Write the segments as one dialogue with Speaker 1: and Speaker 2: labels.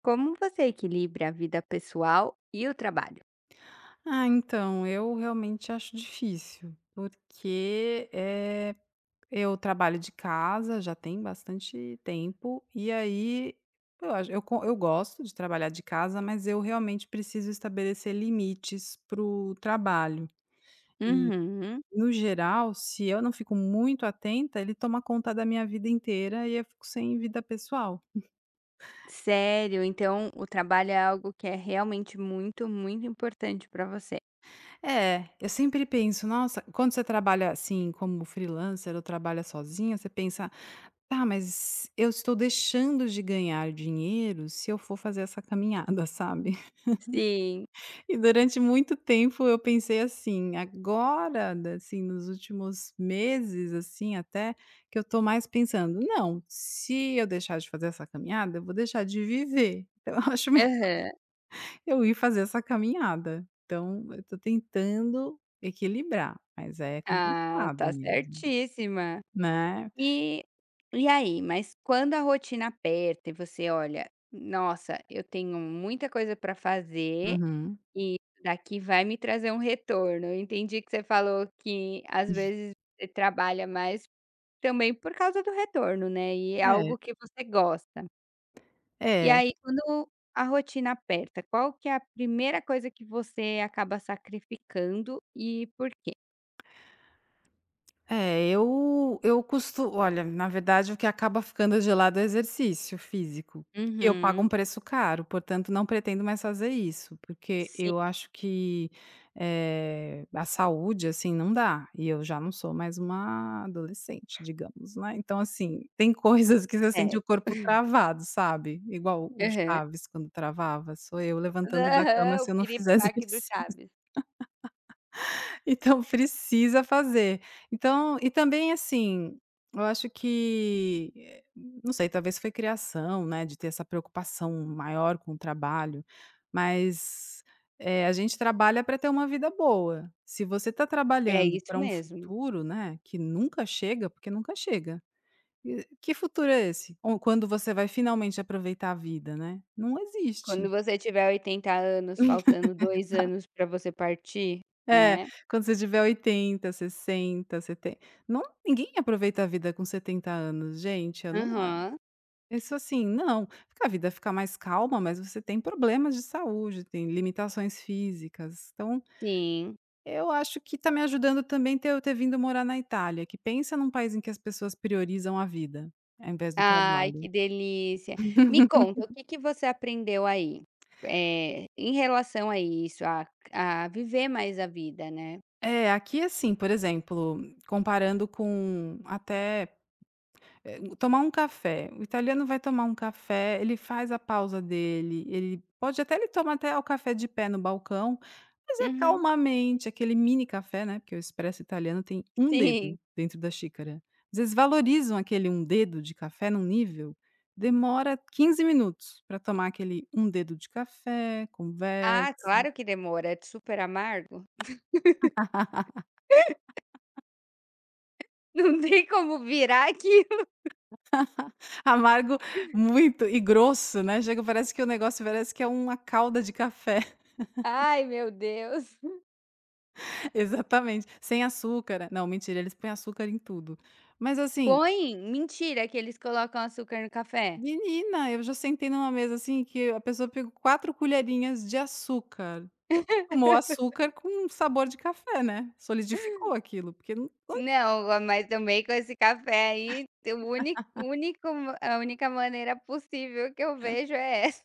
Speaker 1: Como você equilibra a vida pessoal e o trabalho?
Speaker 2: Ah, então, eu realmente acho difícil, porque, eu trabalho de casa já tem bastante tempo, e aí eu acho eu co eu gosto de trabalhar de casa, mas eu realmente preciso estabelecer limites para o trabalho.
Speaker 1: Uhum.
Speaker 2: No geral, se eu não fico muito atenta, ele toma conta da minha vida inteira e eu fico sem vida pessoal.
Speaker 1: Sério, então o trabalho é algo que é realmente muito, muito importante para você.
Speaker 2: É, eu sempre penso: "Nossa", quando você trabalha, assim, como freelancer ou trabalha sozinha, você pensa: tá, mas eu estou deixando de ganhar dinheiro se eu for fazer essa caminhada, sabe.
Speaker 1: Sim.
Speaker 2: E durante muito tempo eu pensei assim, agora, da assim, nos últimos meses, assim, até, que eu tô mais pensando: "Não, se eu deixar de fazer essa caminhada, eu vou deixar de viver, então eu acho melhor
Speaker 1: Aham.
Speaker 2: eu ir fazer essa caminhada". Então eu tô tentando equilibrar, mas é
Speaker 1: Ah,
Speaker 2: complicado
Speaker 1: tá
Speaker 2: mesmo,
Speaker 1: certíssima.
Speaker 2: né.
Speaker 1: E aí, mas quando a rotina aperta e você olha: "Nossa, eu tenho muita coisa para fazer
Speaker 2: Uhum.
Speaker 1: e isso daqui vai me trazer um retorno". Eu entendi que você falou que às vezes você trabalha mais. Também por causa do retorno, né, e é
Speaker 2: É,
Speaker 1: algo que você gosta. E
Speaker 2: é.
Speaker 1: aí quando a rotina aperta, qual que é a primeira coisa que você acaba sacrificando e por quê?
Speaker 2: É, eu costumo, olha, na verdade, o que acaba ficando de lado é exercício físico, que eu pago um
Speaker 1: Uhum.
Speaker 2: preço caro, portanto, não pretendo mais fazer isso, porque
Speaker 1: Sim.
Speaker 2: eu acho que, a saúde, assim, não dá, e eu já não sou mais uma adolescente, digamos, né. Então, assim, tem coisas que você sente o
Speaker 1: Certo.
Speaker 2: corpo travado, sabe, igual o
Speaker 1: Aham.
Speaker 2: Chaves quando travava, sou eu levantando da cama
Speaker 1: Aham,
Speaker 2: se
Speaker 1: o
Speaker 2: eu não fizer
Speaker 1: piripaque do
Speaker 2: exercício.
Speaker 1: Chaves.
Speaker 2: Então precisa fazer. Então também, assim, eu acho que, não sei, talvez foi criação, né, de ter essa preocupação maior com o trabalho, mas, a gente trabalha para ter uma vida boa. Se você está
Speaker 1: É
Speaker 2: trabalhando
Speaker 1: isso
Speaker 2: para um
Speaker 1: mesmo.
Speaker 2: futuro, né, que nunca chega, porque nunca chega, e que futuro é esse? Ou quando você vai finalmente aproveitar a vida, né? Não existe.
Speaker 1: Quando você tiver 80 anos, faltando 2 anos pra você partir,
Speaker 2: É,
Speaker 1: né.
Speaker 2: quando você tiver 80, 60, seten não ninguém aproveita a vida com 70 anos, gente, eu não a
Speaker 1: Aham.
Speaker 2: isso assim, não. Porque a vida fica mais calma, mas você tem problemas de saúde, tem limitações físicas. Então,
Speaker 1: Sim.
Speaker 2: eu acho que tá me ajudando também ter eu ter vindo morar na Itália, que pensa num país em que as pessoas priorizam a vida, ao invés do
Speaker 1: Ai, que
Speaker 2: trabalho.
Speaker 1: delícia. Me conta, o que que você aprendeu aí? Em relação a isso, a viver mais a vida, né.
Speaker 2: É, aqui assim, por exemplo, comparando com tomar um café, o italiano vai tomar um café, ele faz a pausa dele, ele toma até o café de pé no balcão, mas é
Speaker 1: Uhum,
Speaker 2: calmamente, aquele mini café, né, porque o expresso italiano tem um dedo
Speaker 1: sim.
Speaker 2: dentro da xícara. Às vezes valorizam aquele um dedo de café num nível, demora 15 minutos para tomar aquele um dedo de café, conversa.
Speaker 1: Ah, claro que demora, é super amargo. Não tem como virar aquilo.
Speaker 2: Amargo muito e grosso, né, chega parece que o negócio parece que é uma calda de café.
Speaker 1: Ai, meu Deus.
Speaker 2: Exatamente, sem açúcar. Não, mentira, eles põem açúcar em tudo. Mas assim,
Speaker 1: Põe? Mentira que eles colocam açúcar no café?
Speaker 2: menina, eu já sentei numa mesa assim que a pessoa pegou 4 colherinhas de açúcar. Tomou açúcar com sabor de café, né, solidificou aquilo, porque não
Speaker 1: Não, ah, mas também com esse café aí, o único, a única maneira possível que eu vejo é essa.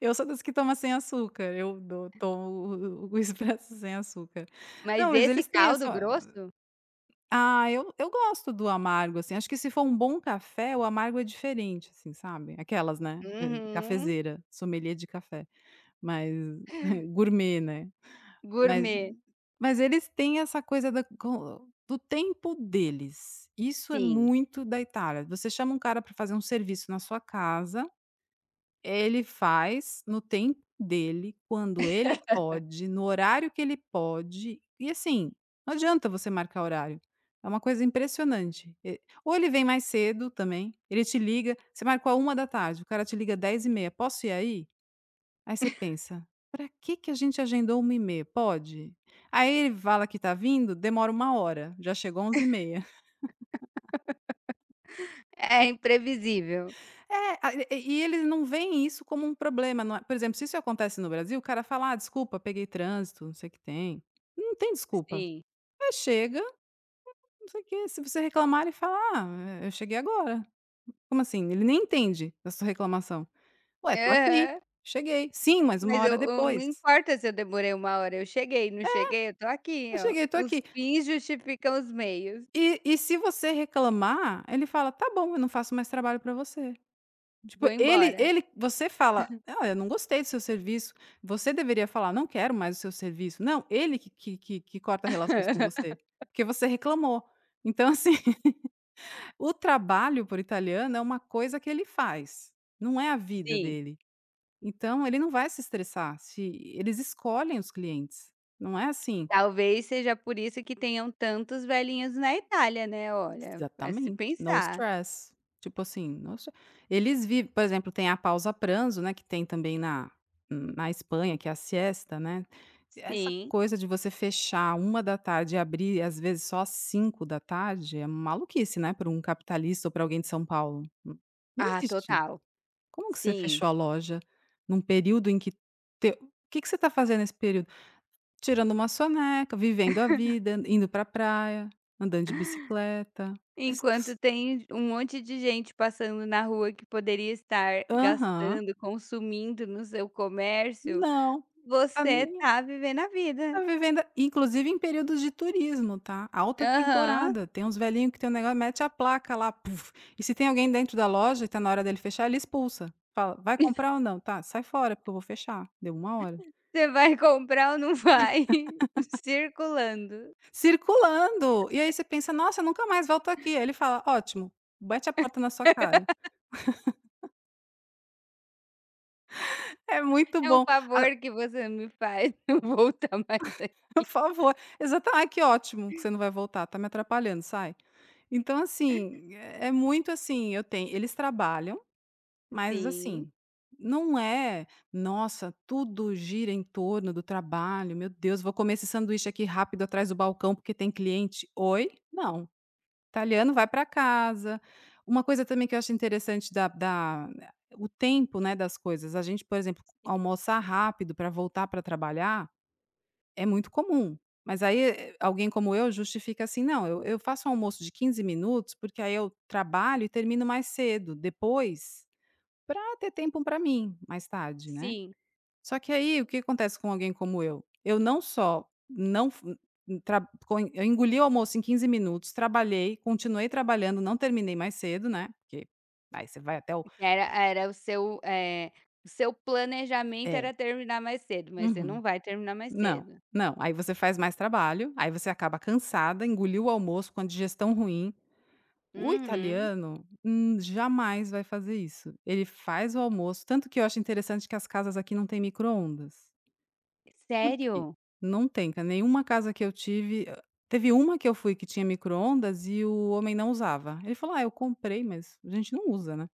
Speaker 2: eu sou das que toma sem açúcar, eu dou tomo o expresso sem açúcar.
Speaker 1: Mas
Speaker 2: Não, mas
Speaker 1: esse
Speaker 2: eles têm
Speaker 1: caldo
Speaker 2: essa
Speaker 1: grosso.
Speaker 2: eu gosto do amargo, assim, acho que se for um bom café, o amargo é diferente, assim, sabe, aquelas, né,
Speaker 1: Uhum.
Speaker 2: cafezeira, sommelier de café. Mais gourmet, né. Mas
Speaker 1: Gourmet.
Speaker 2: mas eles têm essa coisa da co do tempo deles, isso é
Speaker 1: Sim.
Speaker 2: muito da Itália. Você chama um cara para fazer um serviço na sua casa, ele faz no tempo dele, quando ele pode, no horário que ele pode, e assim, não adianta você marcar horário, é uma coisa impressionante. E ou ele vem mais cedo também, ele te liga, você marcou a uma da tarde. O cara te liga 10h30. "Posso ir aí?" Aí você pensa: "Pra que que a gente agendou 13h? Pode?". Aí ele fala que tá vindo, demora uma hora, já chegou 11h30.
Speaker 1: É imprevisível.
Speaker 2: É, a e eles não veem isso como um problema, não é, por exemplo, se isso acontece no Brasil, o cara fala: "Ah, desculpa, peguei trânsito, não sei o que tem". Não tem desculpa.
Speaker 1: Sim.
Speaker 2: É, chega, não sei o que. Se você reclamar, ele fala: "Ah, é, eu cheguei agora". Como assim? Ele nem entende a sua reclamação. "Ué, tô aqui,
Speaker 1: Aham.
Speaker 2: cheguei". "Sim, mas uma
Speaker 1: Mas
Speaker 2: hora
Speaker 1: eu não
Speaker 2: depois".
Speaker 1: importa se eu demorei uma hora, eu cheguei, não cheguei, eu tô aqui,
Speaker 2: "Eu
Speaker 1: ó.
Speaker 2: cheguei, tô
Speaker 1: Os
Speaker 2: aqui".
Speaker 1: fins justificam os meios.
Speaker 2: E se você reclamar, ele fala: "Tá bom, eu não faço mais trabalho para você". Tipo,
Speaker 1: Vou
Speaker 2: ele
Speaker 1: embora.
Speaker 2: ele você fala: "Ah, eu não gostei do seu serviço". Você deveria falar: "Não quero mais o seu serviço". Não, ele que corta relações com você, porque você reclamou. Então, assim, o trabalho por italiano é uma coisa que ele faz, não é a vida
Speaker 1: Sim.
Speaker 2: dele. Então ele não vai se estressar se eles escolhem os clientes, não é assim.
Speaker 1: Talvez seja por isso que tenham tantos velhinhos na Itália, né, olha, a se
Speaker 2: Exatamente, no
Speaker 1: pensar.
Speaker 2: stress, tipo assim, no stre eles vivem, por exemplo, tem a pausa pranzo, né, que tem também na Espanha, que é a siesta, né. Essa
Speaker 1: Sim.
Speaker 2: coisa de você fechar 13h e abrir, às vezes, só às 17h, é maluquice, né, para um capitalista ou para alguém de São Paulo. N- não
Speaker 1: Ah,
Speaker 2: existe isso.
Speaker 1: total.
Speaker 2: Como que você
Speaker 1: Sim.
Speaker 2: fechou a loja num período em que teu o que que você está fazendo nesse período? Tirando uma soneca, vivendo a vida, indo para praia, andando de bicicleta.
Speaker 1: Enquanto tem um monte de gente passando na rua que poderia estar
Speaker 2: Aham.
Speaker 1: gastando, consumindo no seu comércio,
Speaker 2: Não, tá
Speaker 1: você
Speaker 2: nem
Speaker 1: tá vivendo a vida.
Speaker 2: tá vivendo, inclusive em períodos de turismo, tá, alta
Speaker 1: Aham.
Speaker 2: temporada, tem uns velhinhos que tem um negócio, mete a placa lá, puf, e se tem alguém dentro da loja e tá na hora dele fechar, ele expulsa, fala: "Vai comprar ou não? Tá, sai fora porque eu vou fechar, deu uma hora".
Speaker 1: Você vai comprar ou não vai? Circulando.
Speaker 2: Circulando, e aí você pensa: "Nossa, eu nunca mais volto aqui", aí ele fala: "Ótimo, mete a porta na sua cara". É muito
Speaker 1: É um
Speaker 2: bom.
Speaker 1: favor que você me faz, não voltar mais aqui.
Speaker 2: Por favor. Exata "Ai, que ótimo que você não vai voltar, tá me atrapalhando, sai". Então, assim, é muito assim, eu tenho eles trabalham, mas
Speaker 1: Sim,
Speaker 2: assim, não é: "Nossa, tudo gira em torno do trabalho, meu Deus, vou comer esse sanduíche aqui rápido atrás do balcão porque tem cliente". "Oi?". Não. Italiano vai para casa. Uma coisa também que eu acho interessante da da o tempo, né, das coisas. A gente, por exemplo, almoçar rápido para voltar para trabalhar é muito comum, mas aí, alguém como eu justifica assim: "Não, eu faço um almoço de 15 minutos, porque aí eu trabalho e termino mais cedo, depois, para ter tempo para mim, mais tarde, né".
Speaker 1: sim.
Speaker 2: Só que aí, o que acontece com alguém como eu? Eu não só não f tra co eu engoli o almoço em 15 minutos, trabalhei, continuei trabalhando, não terminei mais cedo, né, porque aí você vai até o
Speaker 1: Era o seu, o seu planejamento
Speaker 2: é,
Speaker 1: era terminar mais cedo, mas você não
Speaker 2: uhum.
Speaker 1: vai terminar mais
Speaker 2: Não,
Speaker 1: cedo.
Speaker 2: não, aí você faz mais trabalho, aí você acaba cansada, engoliu o almoço com a digestão ruim. O
Speaker 1: Uhum.
Speaker 2: italiano, jamais vai fazer isso. Ele faz o almoço, tanto que eu acho interessante que as casas aqui não têm micro-ondas. Por quê?
Speaker 1: Sério?
Speaker 2: Não tem ca nenhuma casa que eu tive teve uma que eu fui que tinha micro-ondas e o homem não usava. Ele falou: "Ah, eu comprei, mas a gente não usa, né".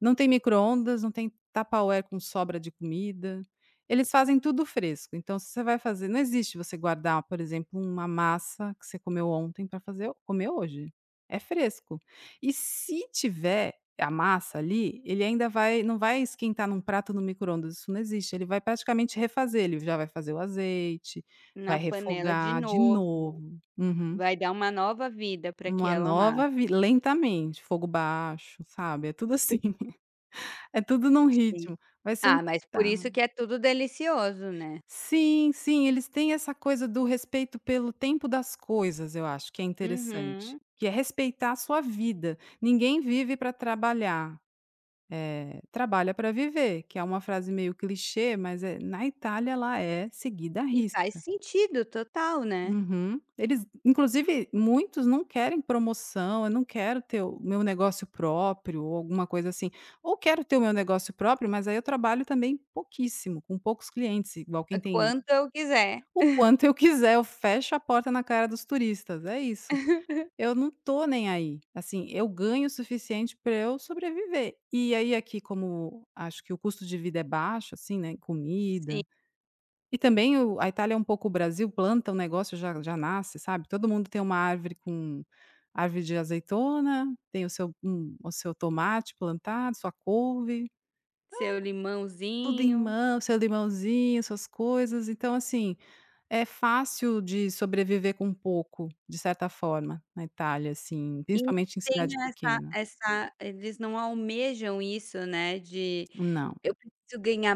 Speaker 2: Não tem micro-ondas, não tem Tupperware com sobra de comida. Eles fazem tudo fresco, então se você vai fazer não existe você guardar, por exemplo, uma massa que você comeu ontem para fazer comer hoje. É fresco. E se tiver a massa ali, ele ainda vai não vai esquentar num prato no micro-ondas, isso não existe, ele vai praticamente refazer, ele já vai fazer o azeite,
Speaker 1: Na
Speaker 2: vai
Speaker 1: panela de
Speaker 2: refogar de
Speaker 1: novo,
Speaker 2: novo. Uhum.
Speaker 1: vai dar uma nova vida para que
Speaker 2: Uma
Speaker 1: ela.
Speaker 2: nova vi lentamente, fogo baixo, sabe, é tudo assim, é tudo num
Speaker 1: Sim.
Speaker 2: ritmo, vai
Speaker 1: Ah, mas por
Speaker 2: sentar.
Speaker 1: isso que é tudo delicioso, né?
Speaker 2: Sim, sim, eles têm essa coisa do respeito pelo tempo das coisas, eu acho que é interessante,
Speaker 1: Uhum.
Speaker 2: que é respeitar a sua vida, ninguém vive para trabalhar. Eh, "Trabalha para viver", que é uma frase meio clichê, mas é, na Itália ela é seguida a
Speaker 1: E faz
Speaker 2: risca.
Speaker 1: sentido total, né?
Speaker 2: Uhum. Eles inclusive muitos não querem promoção, "eu não quero ter o meu negócio próprio" ou alguma coisa assim, ou "quero ter o meu negócio próprio, mas aí eu trabalho também pouquíssimo, com poucos clientes", igual
Speaker 1: É.
Speaker 2: quem tem
Speaker 1: Quanto eu quiser.
Speaker 2: o quanto eu quiser, eu fecho a porta na cara dos turistas, é isso. Eu não tô nem aí, assim, eu ganho o suficiente para eu sobreviver. E aí aqui como acho que o custo de vida é baixo, assim, né,
Speaker 1: Sim,
Speaker 2: comida e também o a Itália é um pouco o Brasil, planta um negócio já já nasce, sabe, todo mundo tem uma árvore com árvore de azeitona, tem o seu tomate plantado, sua couve,
Speaker 1: seu
Speaker 2: tudo em
Speaker 1: limãozinho.
Speaker 2: mão, seu limãozinho, suas coisas, então assim é fácil de sobreviver com pouco, de certa forma, na Itália, assim,
Speaker 1: E
Speaker 2: principalmente em
Speaker 1: tem
Speaker 2: cidade
Speaker 1: essa
Speaker 2: pequena.
Speaker 1: essa eles não almejam isso, né, de
Speaker 2: Não.
Speaker 1: eu preciso ganhar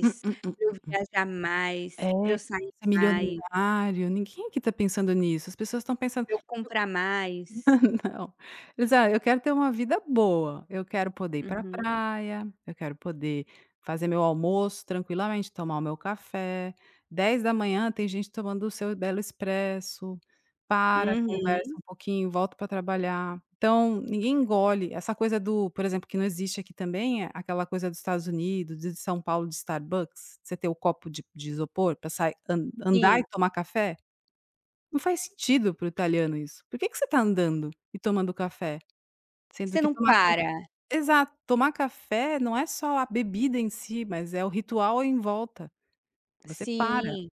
Speaker 2: "Hum, hum, hum.
Speaker 1: pra eu viajar mais,
Speaker 2: É,
Speaker 1: pra eu sair
Speaker 2: ser
Speaker 1: mais,
Speaker 2: milionário", ninguém aqui tá pensando nisso, as pessoas estão pensando
Speaker 1: pra eu comprar mais.
Speaker 2: não. Eles: "Ah, eu quero ter uma vida boa, eu quero poder ir pra
Speaker 1: Uhum.
Speaker 2: praia, eu quero poder fazer meu almoço tranquilamente, tomar o meu café, 10 da manhã tem gente tomando o seu belo expresso, para, conversa
Speaker 1: Uhum,
Speaker 2: um pouquinho, volta para trabalhar". Então, ninguém engole essa coisa do, por exemplo, que não existe aqui também, é aquela coisa dos Estados Unidos, de São Paulo, de Starbucks, você ter o copo de isopor para sai andar
Speaker 1: sim.
Speaker 2: e tomar café. Não faz sentido para o italiano isso. Por que que você está andando e tomando café?
Speaker 1: Que
Speaker 2: Sendo
Speaker 1: você
Speaker 2: que
Speaker 1: não
Speaker 2: tomar ca
Speaker 1: para.
Speaker 2: Exato, tomar café não é só a bebida em si, mas é o ritual em volta. Você para,
Speaker 1: Sim.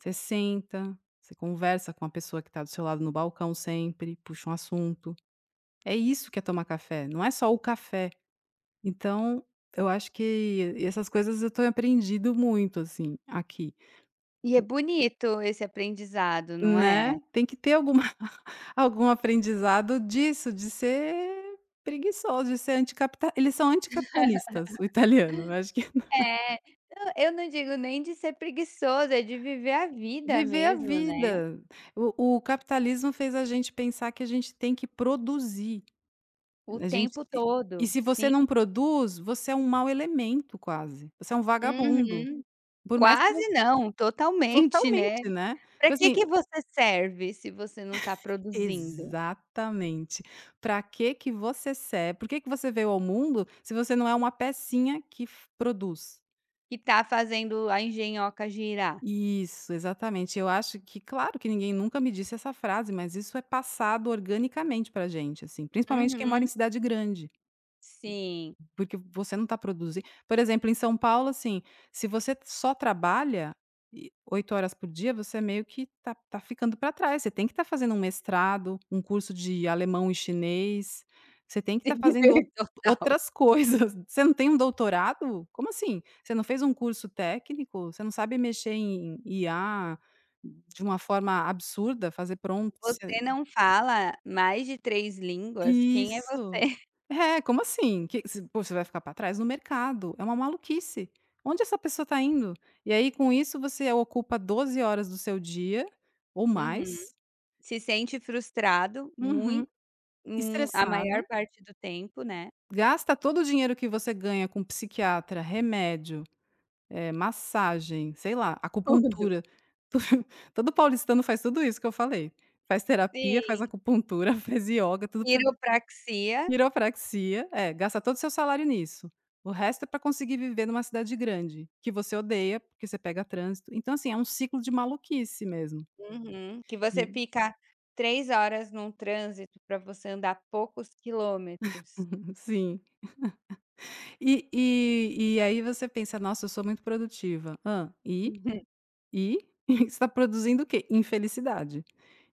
Speaker 2: você senta, você conversa com a pessoa que está do seu lado no balcão sempre, puxa um assunto. É isso que é tomar café, não é só o café. Então, eu acho que essas coisas eu tenho aprendido muito, assim, aqui.
Speaker 1: E é bonito esse aprendizado, não
Speaker 2: Né,
Speaker 1: é?
Speaker 2: tem que ter alguma algum aprendizado disso, de ser preguiçoso, de ser anticapita eles são anticapitalistas, o italiano, eu acho que
Speaker 1: É. Não, eu não digo nem de ser preguiçoso, é de viver a vida
Speaker 2: viver a
Speaker 1: mesmo, né,
Speaker 2: vida. O capitalismo fez a gente pensar que a gente tem que produzir,
Speaker 1: o
Speaker 2: a gente
Speaker 1: tempo
Speaker 2: e
Speaker 1: todo.
Speaker 2: se você
Speaker 1: Sim.
Speaker 2: não produz, você é um mau elemento quase, você é um vagabundo,
Speaker 1: Uhum.
Speaker 2: por mais que
Speaker 1: Quase
Speaker 2: você
Speaker 1: não, totalmente, né.
Speaker 2: totalmente, né,
Speaker 1: Para
Speaker 2: tipo
Speaker 1: que que
Speaker 2: assim.
Speaker 1: você serve se você não está produzindo?
Speaker 2: Exatamente. Para que que você ser Por que que você veio ao mundo se você não é uma pecinha que f produz?
Speaker 1: E tá fazendo a engenhoca girar?
Speaker 2: Isso, exatamente. Eu acho que, claro que ninguém nunca me disse essa frase, mas isso é passado organicamente pra gente, assim, principalmente quem mora em
Speaker 1: Uhum.
Speaker 2: cidade grande.
Speaker 1: Sim.
Speaker 2: Porque você não está produzindo, por exemplo, em São Paulo, assim, se você só trabalha e 8 horas por dia, você meio que tá ficando para trás, você tem que estar fazendo um mestrado, um curso de alemão e chinês, você tem que estar fazendo
Speaker 1: Sim, total.
Speaker 2: outras coisas. Você não tem um doutorado? Como assim? Você não fez um curso técnico? Você não sabe mexer em IA de uma forma absurda, fazer prompts?
Speaker 1: Você não fala mais de 3 línguas, quem é
Speaker 2: Isso.
Speaker 1: você?
Speaker 2: É, como assim? Que se pô, você vai ficar para trás no mercado, é uma maluquice. Onde essa pessoa está indo? E aí com isso você ocupa 12 horas do seu dia ou
Speaker 1: Uhum.
Speaker 2: mais,
Speaker 1: Se sente frustrado
Speaker 2: uhum,
Speaker 1: muito, a maior
Speaker 2: estressado,
Speaker 1: parte do tempo, né.
Speaker 2: gasta todo o dinheiro que você ganha com psiquiatra, remédio, massagem, sei lá,
Speaker 1: Tudo.
Speaker 2: acupuntura. Todo paulistano faz tudo isso que eu falei. Faz terapia, faz
Speaker 1: Sim,
Speaker 2: acupuntura, faz ioga, tudo.
Speaker 1: quiropraxia.
Speaker 2: Quiropraxia, é, gasta todo o seu salário nisso. O resto é para conseguir viver numa cidade grande, que você odeia, porque você pega trânsito. Então, assim, é um ciclo de maluquice mesmo.
Speaker 1: Uhum. Que você
Speaker 2: E
Speaker 1: fica 3 horas num trânsito para você andar poucos quilômetros.
Speaker 2: sim. E aí você pensa: "Nossa, eu sou muito produtiva". Ah, e?
Speaker 1: Uhum.
Speaker 2: E? Você está produzindo o quê? Infelicidade.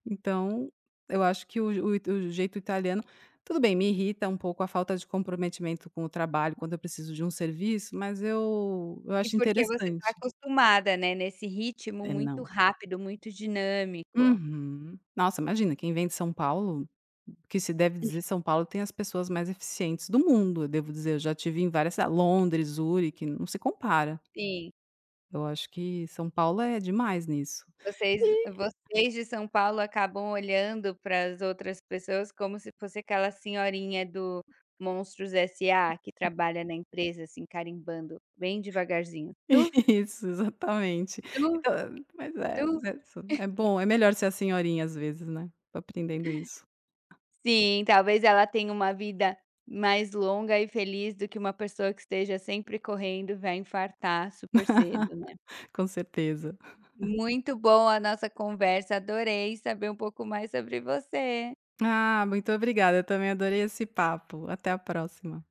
Speaker 2: Então, eu acho que o jeito italiano, tudo bem, me irrita um pouco a falta de comprometimento com o trabalho, quando eu preciso de um serviço, mas eu
Speaker 1: E
Speaker 2: acho
Speaker 1: porque você está
Speaker 2: interessante.
Speaker 1: acostumada, né, nesse ritmo
Speaker 2: É,
Speaker 1: muito
Speaker 2: não.
Speaker 1: rápido, muito dinâmico.
Speaker 2: Uhum. Nossa, imagina, quem vem de São Paulo, que se deve dizer, São Paulo tem as pessoas mais eficientes do mundo, eu devo dizer, eu já tive em várias cida Londres, Zurique, não se compara.
Speaker 1: Sim.
Speaker 2: Eu acho que São Paulo é demais nisso.
Speaker 1: Vocês
Speaker 2: E
Speaker 1: vocês de São Paulo acabam olhando para as outras pessoas como se fosse aquela senhorinha do Monstros S.A. que trabalha na empresa, assim, carimbando bem devagarzinho. "Tuf,
Speaker 2: isso, exatamente.
Speaker 1: tuf,
Speaker 2: Então, mas é mas
Speaker 1: tuf".
Speaker 2: é isso, é bom, é melhor ser a senhorinha às vezes, né, tô aprendendo isso,
Speaker 1: Sim, talvez ela tenha uma vida mais longa e feliz do que uma pessoa que esteja sempre correndo, e vai infartar super cedo, né.
Speaker 2: com certeza.
Speaker 1: Muito boa a nossa conversa, adorei saber um pouco mais sobre você.
Speaker 2: Ah, muito obrigada, eu também adorei esse papo, até a próxima.